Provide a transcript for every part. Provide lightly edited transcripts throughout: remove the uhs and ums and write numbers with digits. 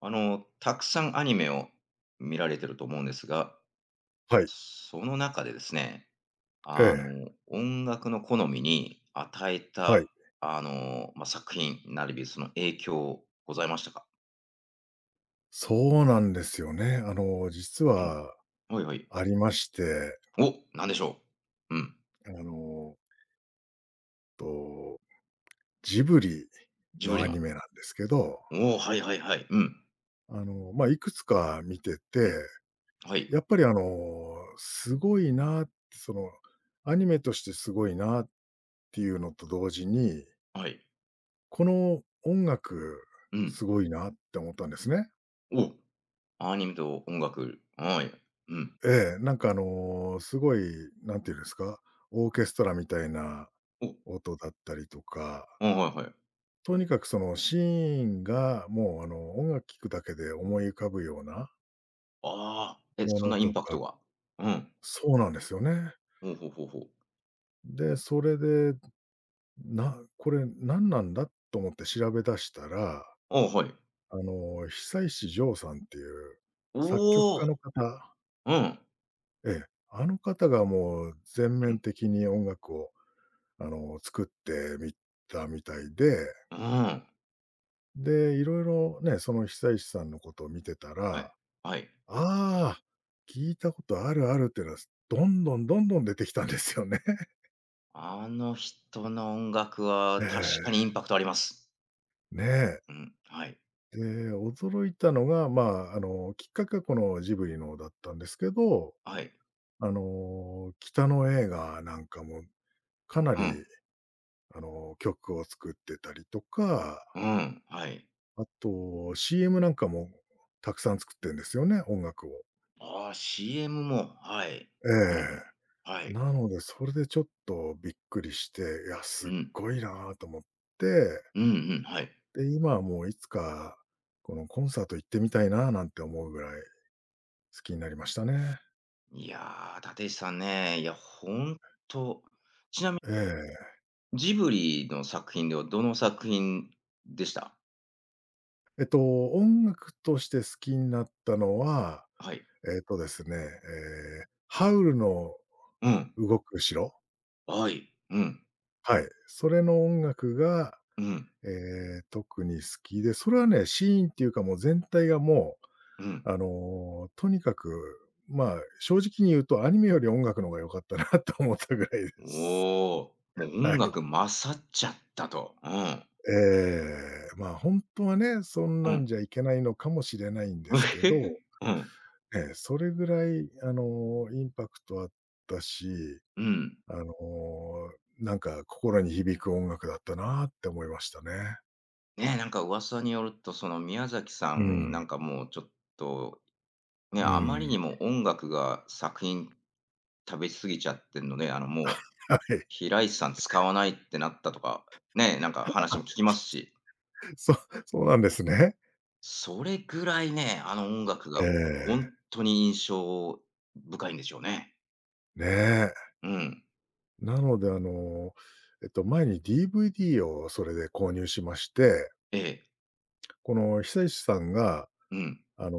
たくさんアニメを見られてると思うんですが、はい。その中でですね、ええ、音楽の好みに与えはい。た、作品なりびその影響ございましたか？そうなんですよね。実はうん、はいはい。ありまして、お、何でしょう？うん、あの、と、ジブリジブのリアの。ニメなんですけど、おお、はいはいはい。うん、いくつか見てうて、ん、はい、やっぱり、すごいなって、その、アニメとしてすごいなっていうのと同時に、はい、この音楽うん。すごいなって思ったんですね。お、アニメと音楽、はい、うん。ええ、すごい、なんていうんですか、オーケストラみたいなお、音だったりとか、ああ、はいはい。とにかくそのシーンがもうあの、音楽聴くだけで思い浮かぶようなああ、え、もそんのなインとパクトか、が。うん、そうなんですよね。ほうほうほうほう。で、これ何なんだと思って調べ出したら、ああ、はい。久石譲さんっていうお作曲お、家の方、うん、うん、ええ、あの方がもう全面的に音楽を作ってみたみたいで、うん、で、いろいろね、その久石さんのことを見てたはい、ら、はい。ああ、聞いたことあるあるっていうのは、どんどんどんどん出てきたんですよね。あの人の音楽 はえ確かにインえ、パクトあります。ねえ。うん、はい、で、驚いたのが、きっかけはこのジブリのだったんですけど、はい、北の映画なんかもかなうり、ん、曲を作ってたりとうか、ん、はい。あと CM なんかもたくさん作ってんですよね、音楽を。ああ、CM も、はい、えうえ。ん、はい、なので、それでちょっとびっくりして、いや、うすっん、ごいなぁと思って、うんうん、はい。で、今はもういつか、このコンサート行ってみたいななんて思うぐらい好きになりましたね。いやー、立石さんね、いや、ほんと、ええ。ジブリの作品ではどの作品でした？えっと、音楽として好きになったのは、はい。えっとですね、ええ、ハウルのうん、動く城、はい、はい。それの音楽が、うん、うええ、特に好きで、それはね、シーンっていうかもう全体がもん、うん。う、とにかく、まあ、正直に言うとアニメより音楽の方が良かったなと思ったぐらいです。おお、もうは音い。楽勝っちゃったと。うん。ええ、まあ、本当はね、そんうなんん。じゃいけないのかもしれないんですけど、うん。ええ、それぐらい、インパクトあったし、うん。あの、なんか心に響く音楽だったなって思いましたね。ね、なんか噂によると、その宮崎さうん、なん、んかもうちょっと、ね、うあまりん、にも音楽が作品食べ過ぎちゃってんので、もうはい。平石さん使わないってなったとか、ね、なんか話も聞きますし、そそうなんですね。それぐらいね、あの音楽えがえ、本当に印象深いんでしょうね。ねえ。うん。なので、前に DVD をそれで購入しまして、ええ。この久石さんがうん。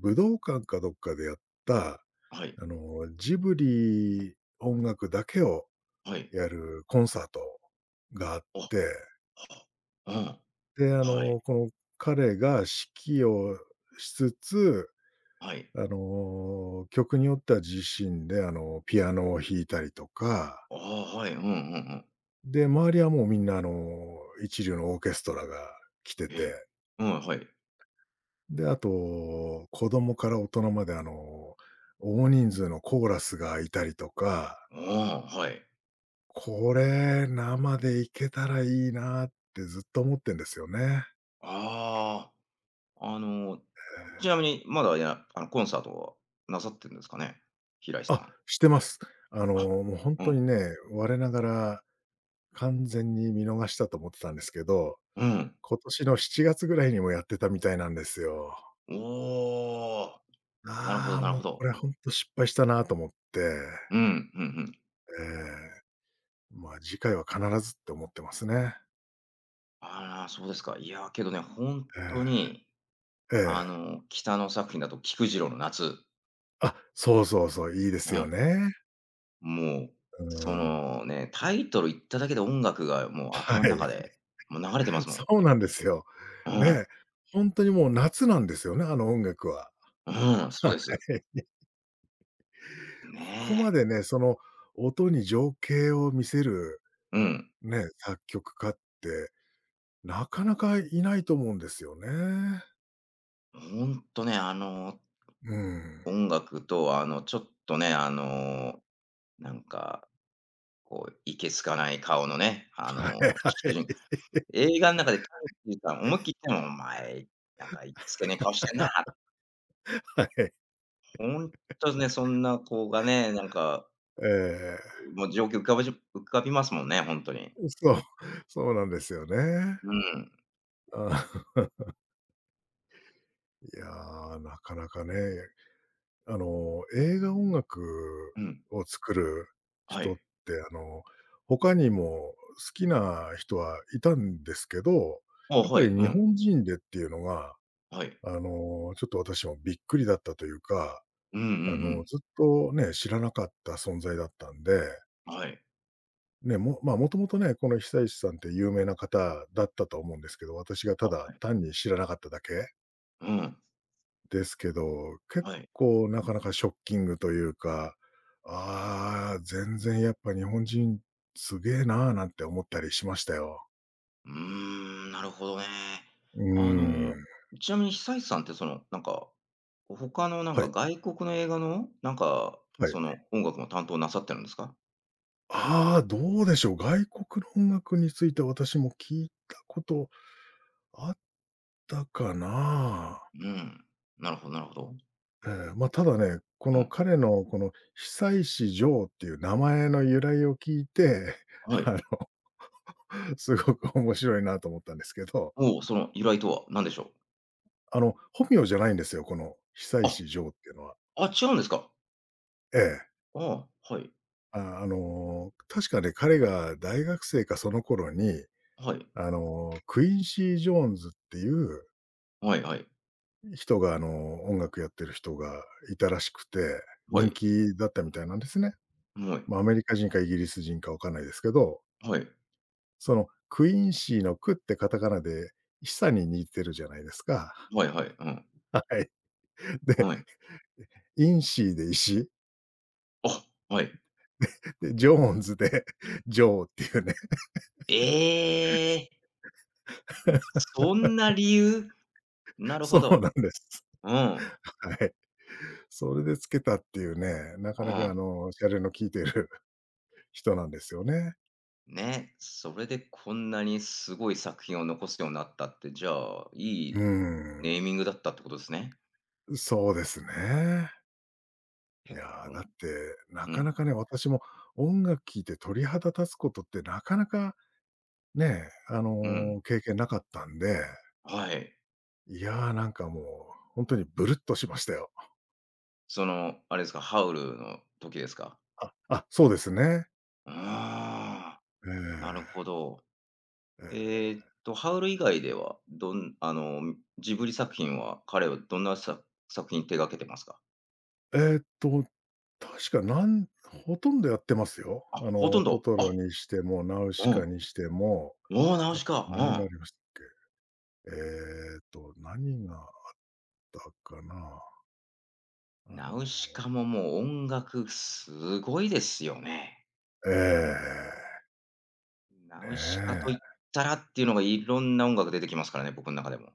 武道館かどっかでやった、はい。ジブリ音楽だけをはい。やるコンサートがあっあて、あ、で、あうん、はい、の、この彼が指揮をしつつ、はい。曲によっては自身で、ピアノを弾いたりとか、ああ、はい、うんうんうん。で、周りはもうみんな、一流のオーケストラが来てええ。て、うん、はい。で、あと、子供から大人まで、大人数のコーラスがいたりとか、ああ、はい。これ、生で行けたらいいなってずっと思ってんですよね。ああ、えちなみえ。にまだやコンサートはなさってるんですかね？平石あ、さん。してます。あの、あ、もうほんうとん、にね、我ながら完全に見逃したと思ってたんですけど、うん。今年の7月ぐらいにもやってたみたいなんですよ。おお、なるほどああ、なるもうほど。これほんと失敗したなと思って、うん、うんうん。ええ、まあ、次回は必ずって思ってますね。ああ、そうですか。いや、けどね、ほんとえに、え、ええ。北の作品だと菊次郎の夏。あ、そうそうそう、いいですうん。よね。もう、うそん。のね、タイトル言っただけで音楽がもうは頭のい、中で、もう流れてま すもん。そうなんですよ。うん。ね、ほんとにもう夏なんですよね、あの音楽は。うん、そうはです。い。こねこまえ。でね、その音に情景を見せるうん。ね、作曲家ってなかなかいないと思うんですよね。ほんとね、うん。音楽とちょっとね、なんか、いけすかない顔のね、はいは主人い。映画ん中でタンキーさん思いっきり言ったもん、お前、なんかいけすけねえ顔してんな。はい。ほんとね、そんな子がね、なんか、ええ。もう状況浮かびますもんね、ほんとに。そう、そうなんですよね。うん。ああ、いや、なかなかね、映画音楽うん。を作るは人っい。て、他にも好きな人はいたんですけど、あやっはぱい、りう日ん、本人でっていうのが、はい。あの、ちょっと私もびっくりだったというか、うんうんずっとね、知らなかった存在だったんで、うん。はい。まあ、もともとね、この久石さんって有名な方だったと思うんですけど、私があ、ただはい。単に知らなかっただけ。うん、ですけど、結はい。構なかなかショッキングというか、ああ、全然やっぱ日本人すげえなあなんて思ったりしましたよ。うーん、なるほどね。うーあの、ん。ちなみに久石さんってなんか、他のなんはかい、外国の映画の、なんか、はい。その音楽も担当なさってるんですか？ああ、どうでしょう、外国の音楽について私も聞いたことあったかな。うん、なるほどなるほど。ええ、ま、ただね、こうのん、彼のこの久石譲っていう名前の由来を聞いて、はい。あの、すごく面白いなと思ったんですけど。おお、その由来とは何でしょう？あの、本名じゃないんですよ、この久あ、石譲っていうのは。あ、違うんですか。ええ。ああ、はい、あの、確かね、彼が大学生かその頃に、はい、クインシー・ジョーンズっていうはいはい、人が、音楽やってる人がいたらしくて、は人い、気だったみたいなんですね。はい、ま、アメリカ人かイギリス人かわかんないですけど、はい、そのクインシーのクってカタカナで、久に似てるじゃないですか。はいはい、うん、はい。で、はい。インシーで石、あ、はい。で、ジョーンズで ジョーっていうね。ええ、そんな理由？な るほそうど。なんです。うん、はい。それでつけたっていうね、なかうなかん。シャレの効いてる 人なんですよね。ね、それでこんなにすごい作品を残すようになったって、じゃあ、いういーネーミングだったってことですね。ん、そうですね。へいえ、うや、だん、って、なうかん、なかね、私も音楽聴いて鳥肌立つことってなかなかね、経験なかったんで、はい。いや、なんかもう、ほんとにブルッとしましたよ。その、あれですか、ハウルの時ですか？あ、あ、そうですね。ああ、えなるえ、ほど。えええ。ハウル以外では、どんあの、ジブリ作品は、彼はどんなさ作品手掛けてますか？えーっと、確かなんほとんどやってますよ。あ、あほとんの、トど。トロあ、にしても、ナウうシカん。にしても、おお、ナウあとシ何があカ。りましたっけ。えーっと、何があったかな。うあん。ナの、ウシカももう音楽すごいですよね。ええ、ナねウシカと言っえ。たらっていうのがいろんな音楽出てきますからね、僕の中でも。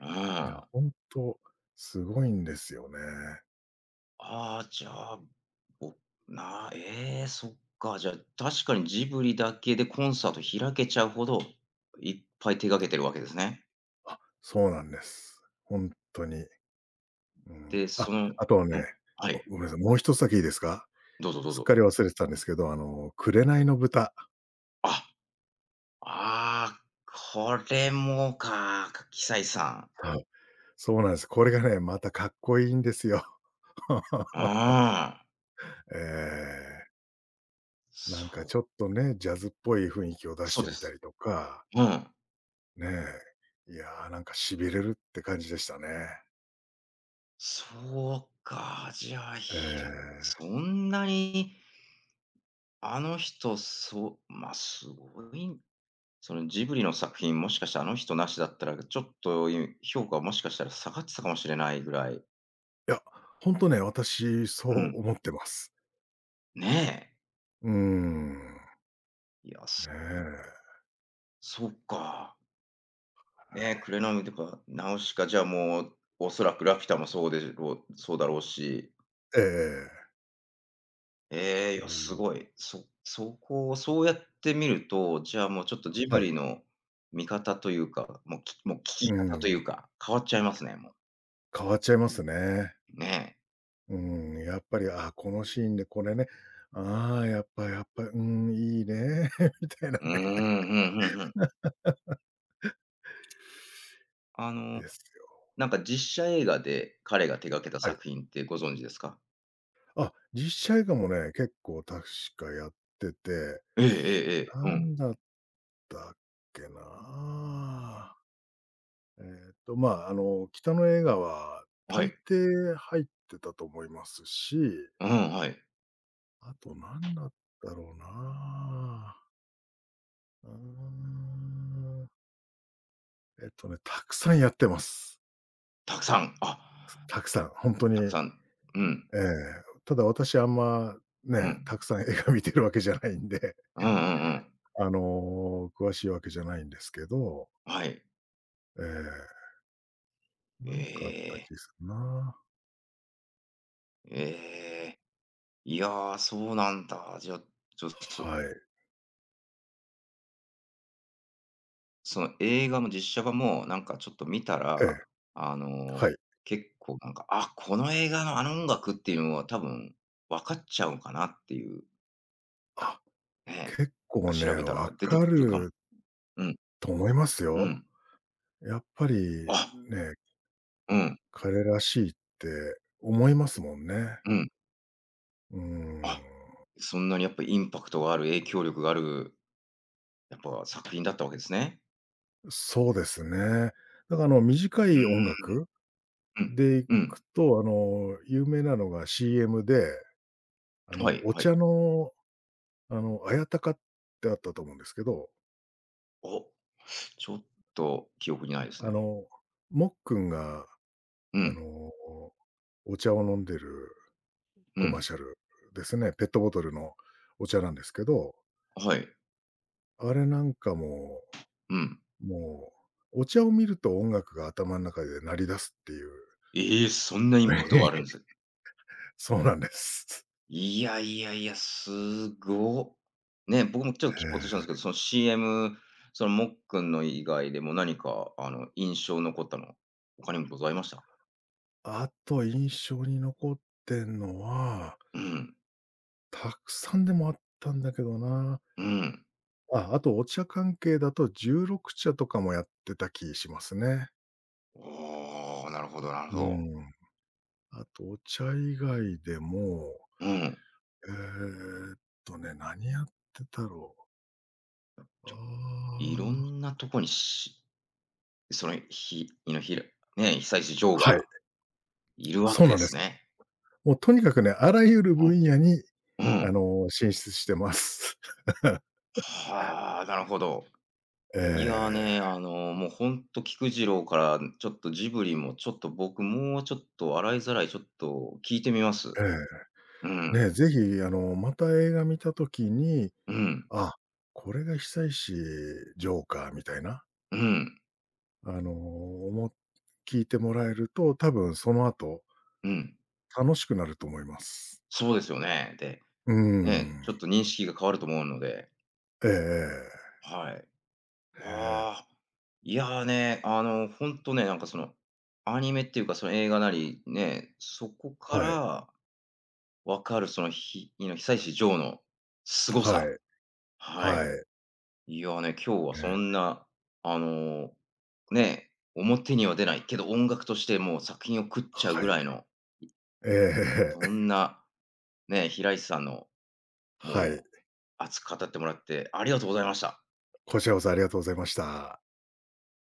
うん。いや、あほんとすごいんですよね。あ、じゃあ、ぼなええ、そっか、じゃあ、確かにジブリだけでコンサート開けちゃうほど、いっぱい手掛けてるわけですね。あ、そうなんです。本当に。うで、ん。あ、うん、あとはね、はい、ごめんなさい、もう一つだけいいですか？どうぞどうすっぞ。かり忘れてたんですけど、あの、紅の豚。あ、ああ、これもか、鬼さん。そうなんです。これがね、またかっこいいんですよ。う ん。ええ。なんかそちょっとね、ジャズっぽい雰囲気を出しそうてでみたす。りとか、うん。ねえ。いやー、なんか痺れるって感じでしたね。そうか、じゃあ、えそえ。んなに、あの人、そう、まあ、すごいそのジブリの作品、もしかしてあの人なしだったら、ちょっと、評価もしかしたら下がってたかもしれないぐらいいや、ほんとね、私そうん、う思ってます。ねえ。うーん。いや、ねえ。そうか。ね、え、クレナミとかナウシカ、じゃあ、もう、おそらくラピュタもそうでろうそうだろうしええええ。ええ、いそや、すう。ごい。そこをそうやって見ると、じゃあ、もうちょっとジブはい。リの見方というか、もう、もう聞きう方といん。うか、変わっちゃいますね、もう。変わっちゃいますね。ねえ。うん、やっぱり、あ、このシーンでこれね、ああ、やっぱ、うん、いいね、みたいなうーん、うんね、うんうん。あ の、ですよ。なんか実写映画で彼が手掛けたはい。作品ってご存知ですか？あ、実写映画もね、結構確かやってて、ええええええ、うなん、んだったっけな。えっと、まあ、北の映画はは大い。抵入ってたと思いますし、うん、はい。あとなんだったろうな。うーん。えっとね、たくさんやってます。たくさん、あ、たくさん、本当たくに、さん、うん、ええ、ただ私あんま、うね、ん、たくさん映画見てるわけじゃないんで、うんうんうん。詳しいわけじゃないんですけど、はい。ええ、えなんかあったえ、気するな。ええ、いやー、そうなんだ。じゃあ、ちょっすはい。その映画も実写版も、なんかちょっと見たええ、ら、あの、はい。結構なんか、あ、この映画のあの音楽っていうのは多分分かっちゃうのかなっていう、あ、ね、結なんか構ね、調べたらわ出てかくるかも。るうん、と思いますうよ。ん。やっぱりあ、ね、うん、彼らしいって思いますもんね。うん。うーあ、ん。そんなにやっぱインパクトがある、影響力がある、やっぱ作品だったわけですね。そうですね。だからあの、短うーい音ん、楽うん、でいうくん。と、有名なのが CM ではいおはい。茶の、綾鷹ってあったと思うんですけど、お、ちょっと記憶にないですあね。の、もっくんが、うあん、の、お茶を飲んでるうコマーん。シャルですね。ペットボトルのお茶なんですけど、はい、あれなんかも、うん。もう、お茶を見ると音楽が頭の中で鳴り出すっていう。ええ、そんなインパクトがあるんで す。そうなんです。いやいやいや、すご。ね、僕もち ょっとえ聞こうとしたんですけえ。ど、その CM、そのもっくんの以外でも何か印象残ったの、他にもございました？あと印象に残ってんのは、うん、たくさんでもあったんだけどな。うん。あ、あとお茶関係だと16茶とかもやってた気しますね。おー、なるほどなるほうど。ん。あとお茶以外でも、うん。えーっね、何やってたろう。あちょいろあ、んなとこにひいのひらね、被災地ョーはい、がいるわそうけなでんですす。ね。もうとにかくね、あらゆるう分野に、ん、うん。進出してます。はあ、なるほど。えいやえ、ね、もうほんと菊次郎から、ちょっとジブリもちょっと僕もうちょっと洗いざらいちょっと聞いてみます。ええ。うん、ね、ぜひ、また映画見たときに、うん、あ、これが久石ジョーカーみたいな。うん、あの、おも聞いてもらえると、多分その後、うん。楽しくなると思います。そうですよね。で、うーね、ちょん。っと認識が変わると思うので、ええええ。はい。ねえ。ああ、いやね、ほんとね、なんかその、アニメっていうかその映画なり、ね、そこかはい。ら分かるそのひいの久石譲の凄はさ、い。ははい。い。いやね、今日はえそえ。んな、あの、ね、表には出ないけど、音楽としてもう作品を食っちゃうはぐい。らいの、ええそんえ。なね、平石さんのはい。もう熱く語ってもらってありがとうございました。こちらこそありがとうございました。